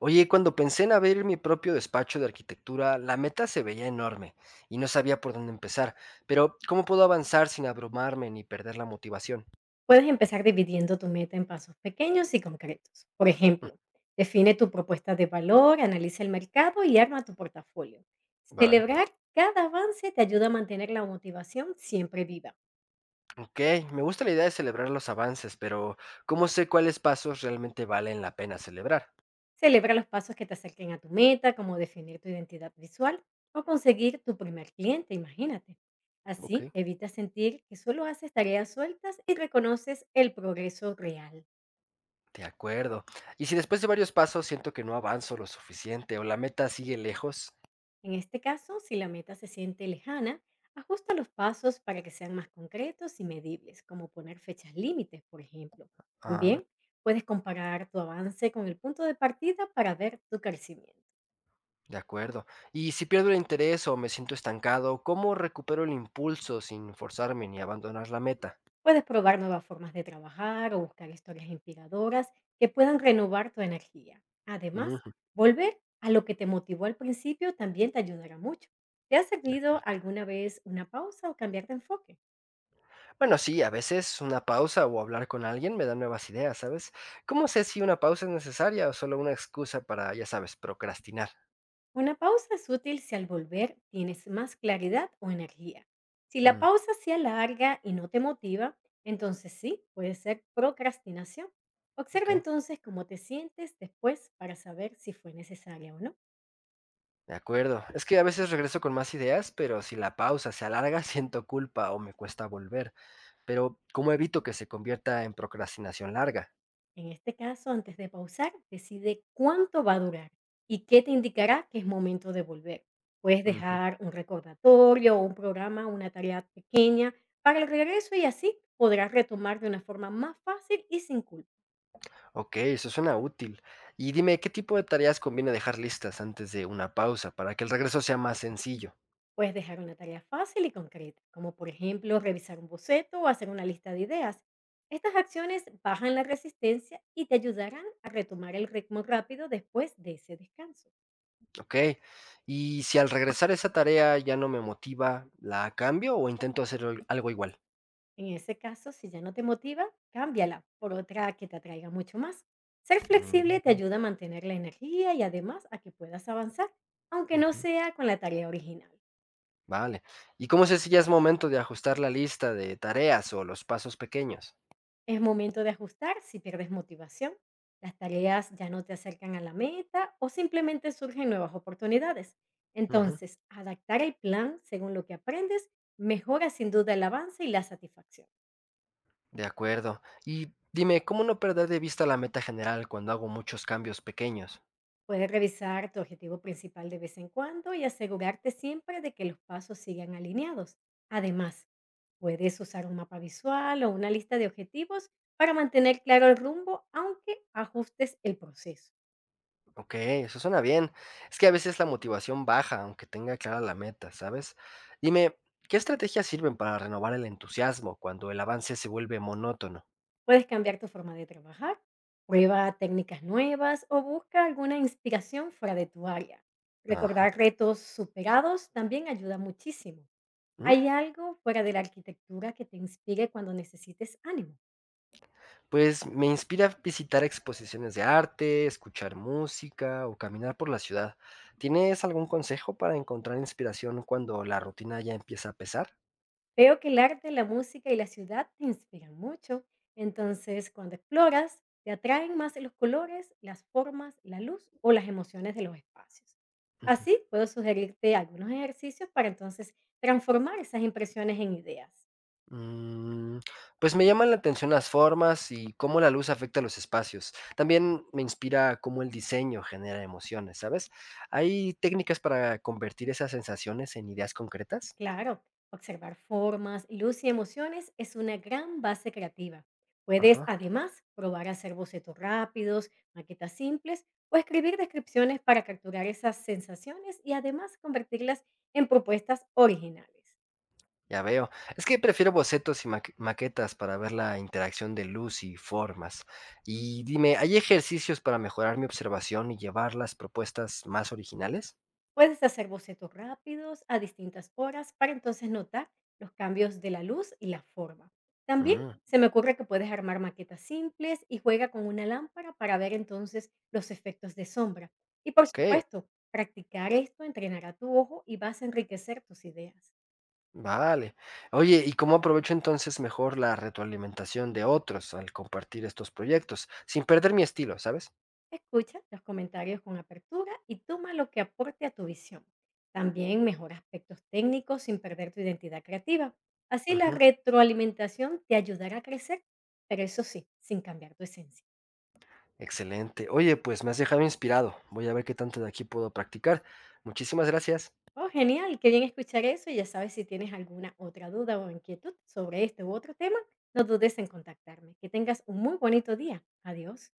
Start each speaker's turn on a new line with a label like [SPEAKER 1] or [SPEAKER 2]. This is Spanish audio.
[SPEAKER 1] Oye, cuando pensé en abrir mi propio despacho de arquitectura, la meta se veía enorme y no sabía por dónde empezar, pero ¿cómo puedo avanzar sin abrumarme ni perder la motivación?
[SPEAKER 2] Puedes empezar dividiendo tu meta en pasos pequeños y concretos. Por ejemplo, define tu propuesta de valor, analiza el mercado y arma tu portafolio.
[SPEAKER 1] Vale.
[SPEAKER 2] Celebrar cada avance te ayuda a mantener la motivación siempre viva.
[SPEAKER 1] Ok, me gusta la idea de celebrar los avances, pero ¿cómo sé cuáles pasos realmente valen la pena celebrar?
[SPEAKER 2] Celebra los pasos que te acerquen a tu meta, como definir tu identidad visual o conseguir tu primer cliente, imagínate.
[SPEAKER 1] Ok.
[SPEAKER 2] Así evitas sentir que solo haces tareas sueltas y reconoces el progreso real.
[SPEAKER 1] De acuerdo. Y si después de varios pasos siento que no avanzo lo suficiente o la meta sigue lejos,
[SPEAKER 2] En este caso, si la meta se siente lejana, ajusta los pasos para que sean más concretos y medibles, como poner fechas límites, por ejemplo.
[SPEAKER 1] ah,
[SPEAKER 2] También puedes comparar tu avance con el punto de partida para ver tu crecimiento.
[SPEAKER 1] de acuerdo. Y si pierdo el interés o me siento estancado, ¿cómo recupero el impulso sin forzarme ni abandonar la meta?
[SPEAKER 2] Puedes probar nuevas formas de trabajar o buscar historias inspiradoras que puedan renovar tu energía. Además,
[SPEAKER 1] Ujú,
[SPEAKER 2] volver a lo que te motivó al principio también te ayudará mucho. ¿Te ha
[SPEAKER 1] ya.
[SPEAKER 2] servido alguna vez una pausa o cambiar de enfoque?
[SPEAKER 1] Bueno, sí, a veces una pausa o hablar con alguien me da nuevas ideas, ¿sabes? ¿Cómo sé si una pausa es necesaria o solo una excusa para, ya sabes, procrastinar?
[SPEAKER 2] Una pausa es útil si al volver tienes más claridad o energía. Si la
[SPEAKER 1] Mm,
[SPEAKER 2] pausa se alarga y no te motiva, entonces sí, puede ser procrastinación.
[SPEAKER 1] ok,
[SPEAKER 2] Observa entonces cómo te sientes después para saber si fue necesaria o no.
[SPEAKER 1] de acuerdo. Es que a veces regreso con más ideas, pero si la pausa se alarga, siento culpa o me cuesta volver. Pero, ¿cómo evito que se convierta en procrastinación larga?
[SPEAKER 2] En este caso, antes de pausar, decide cuánto va a durar y qué te indicará que es momento de volver. Puedes
[SPEAKER 1] Ujú.
[SPEAKER 2] dejar un recordatorio o un programa, una tarea pequeña para el regreso y así podrás retomar de una forma más fácil y sin culpa.
[SPEAKER 1] Ok, eso suena útil. Y dime, ¿qué tipo de tareas conviene dejar listas antes de una pausa para que el regreso sea más sencillo?
[SPEAKER 2] Puedes dejar una tarea fácil y concreta, como por ejemplo revisar un boceto o hacer una lista de ideas. Estas acciones bajan la resistencia y te ayudarán a retomar el ritmo rápido después de ese descanso.
[SPEAKER 1] Ok. Y si al regresar esa tarea ya no me motiva, ¿la cambio o intento hacer algo igual?
[SPEAKER 2] En ese caso, si ya no te motiva, cámbiala por otra que te atraiga mucho más. Ser flexible te
[SPEAKER 1] Mm,
[SPEAKER 2] ayuda a mantener la energía y además a que puedas avanzar, aunque no
[SPEAKER 1] ujú.
[SPEAKER 2] sea con la tarea original.
[SPEAKER 1] Vale. ¿Y cómo sé si ya es momento de ajustar la lista de tareas o los pasos pequeños?
[SPEAKER 2] Es momento de ajustar si pierdes motivación, las tareas ya no te acercan a la meta o simplemente surgen nuevas oportunidades.
[SPEAKER 1] Ujú.
[SPEAKER 2] Entonces, adaptar el plan según lo que aprendes mejora sin duda el avance y la satisfacción.
[SPEAKER 1] De acuerdo. Y dime, ¿cómo no perder de vista la meta general cuando hago muchos cambios pequeños?
[SPEAKER 2] Puedes revisar tu objetivo principal de vez en cuando y asegurarte siempre de que los pasos sigan alineados. Además, puedes usar un mapa visual o una lista de objetivos para mantener claro el rumbo, aunque ajustes el proceso.
[SPEAKER 1] Ok, eso suena bien. Es que a veces la motivación baja, aunque tenga clara la meta, ¿sabes? Dime, ¿qué estrategias sirven para renovar el entusiasmo cuando el avance se vuelve monótono?
[SPEAKER 2] Puedes cambiar tu forma de trabajar, prueba técnicas nuevas o busca alguna inspiración fuera de tu área. Recordar retos superados también ayuda muchísimo.
[SPEAKER 1] ¿Mm?
[SPEAKER 2] ¿Hay algo fuera de la arquitectura que te inspire cuando necesites ánimo?
[SPEAKER 1] Pues me inspira visitar exposiciones de arte, escuchar música o caminar por la ciudad. ¿Tienes algún consejo para encontrar inspiración cuando la rutina ya empieza a pesar?
[SPEAKER 2] Veo que el arte, la música y la ciudad te inspiran mucho, entonces cuando exploras, te atraen más los colores, las formas, la luz o las emociones de los espacios.
[SPEAKER 1] Ujú.
[SPEAKER 2] Así puedo sugerirte algunos ejercicios para entonces transformar esas impresiones en ideas.
[SPEAKER 1] Mm, pues me llaman la atención las formas y cómo la luz afecta los espacios. También me inspira cómo el diseño genera emociones, ¿sabes? ¿Hay técnicas para convertir esas sensaciones en ideas concretas?
[SPEAKER 2] Claro, observar formas, luz y emociones es una gran base creativa. Puedes
[SPEAKER 1] Ajá.
[SPEAKER 2] además probar hacer bocetos rápidos, maquetas simples o escribir descripciones para capturar esas sensaciones y además convertirlas en propuestas originales.
[SPEAKER 1] Ya veo. Es que prefiero bocetos y maquetas para ver la interacción de luz y formas. Y dime, ¿hay ejercicios para mejorar mi observación y llevar las propuestas más originales?
[SPEAKER 2] Puedes hacer bocetos rápidos a distintas horas para entonces notar los cambios de la luz y la forma. También
[SPEAKER 1] Mm,
[SPEAKER 2] se me ocurre que puedes armar maquetas simples y juega con una lámpara para ver entonces los efectos de sombra. Y por
[SPEAKER 1] ok,
[SPEAKER 2] supuesto, practicar esto entrenará tu ojo y vas a enriquecer tus ideas.
[SPEAKER 1] vale. Oye, ¿y cómo aprovecho entonces mejor la retroalimentación de otros al compartir estos proyectos, sin perder mi estilo, ¿sabes?
[SPEAKER 2] Escucha los comentarios con apertura y toma lo que aporte a tu visión. También mejora aspectos técnicos sin perder tu identidad creativa. Así la
[SPEAKER 1] Ujú.
[SPEAKER 2] retroalimentación te ayudará a crecer, pero eso sí, sin cambiar tu esencia.
[SPEAKER 1] Excelente. Oye, pues me has dejado inspirado. Voy a ver qué tanto de aquí puedo practicar. Muchísimas gracias.
[SPEAKER 2] Oh, genial, qué bien escuchar eso. Y ya sabes, si tienes alguna otra duda o inquietud sobre este u otro tema, no dudes en contactarme. Que tengas un muy bonito día. Adiós.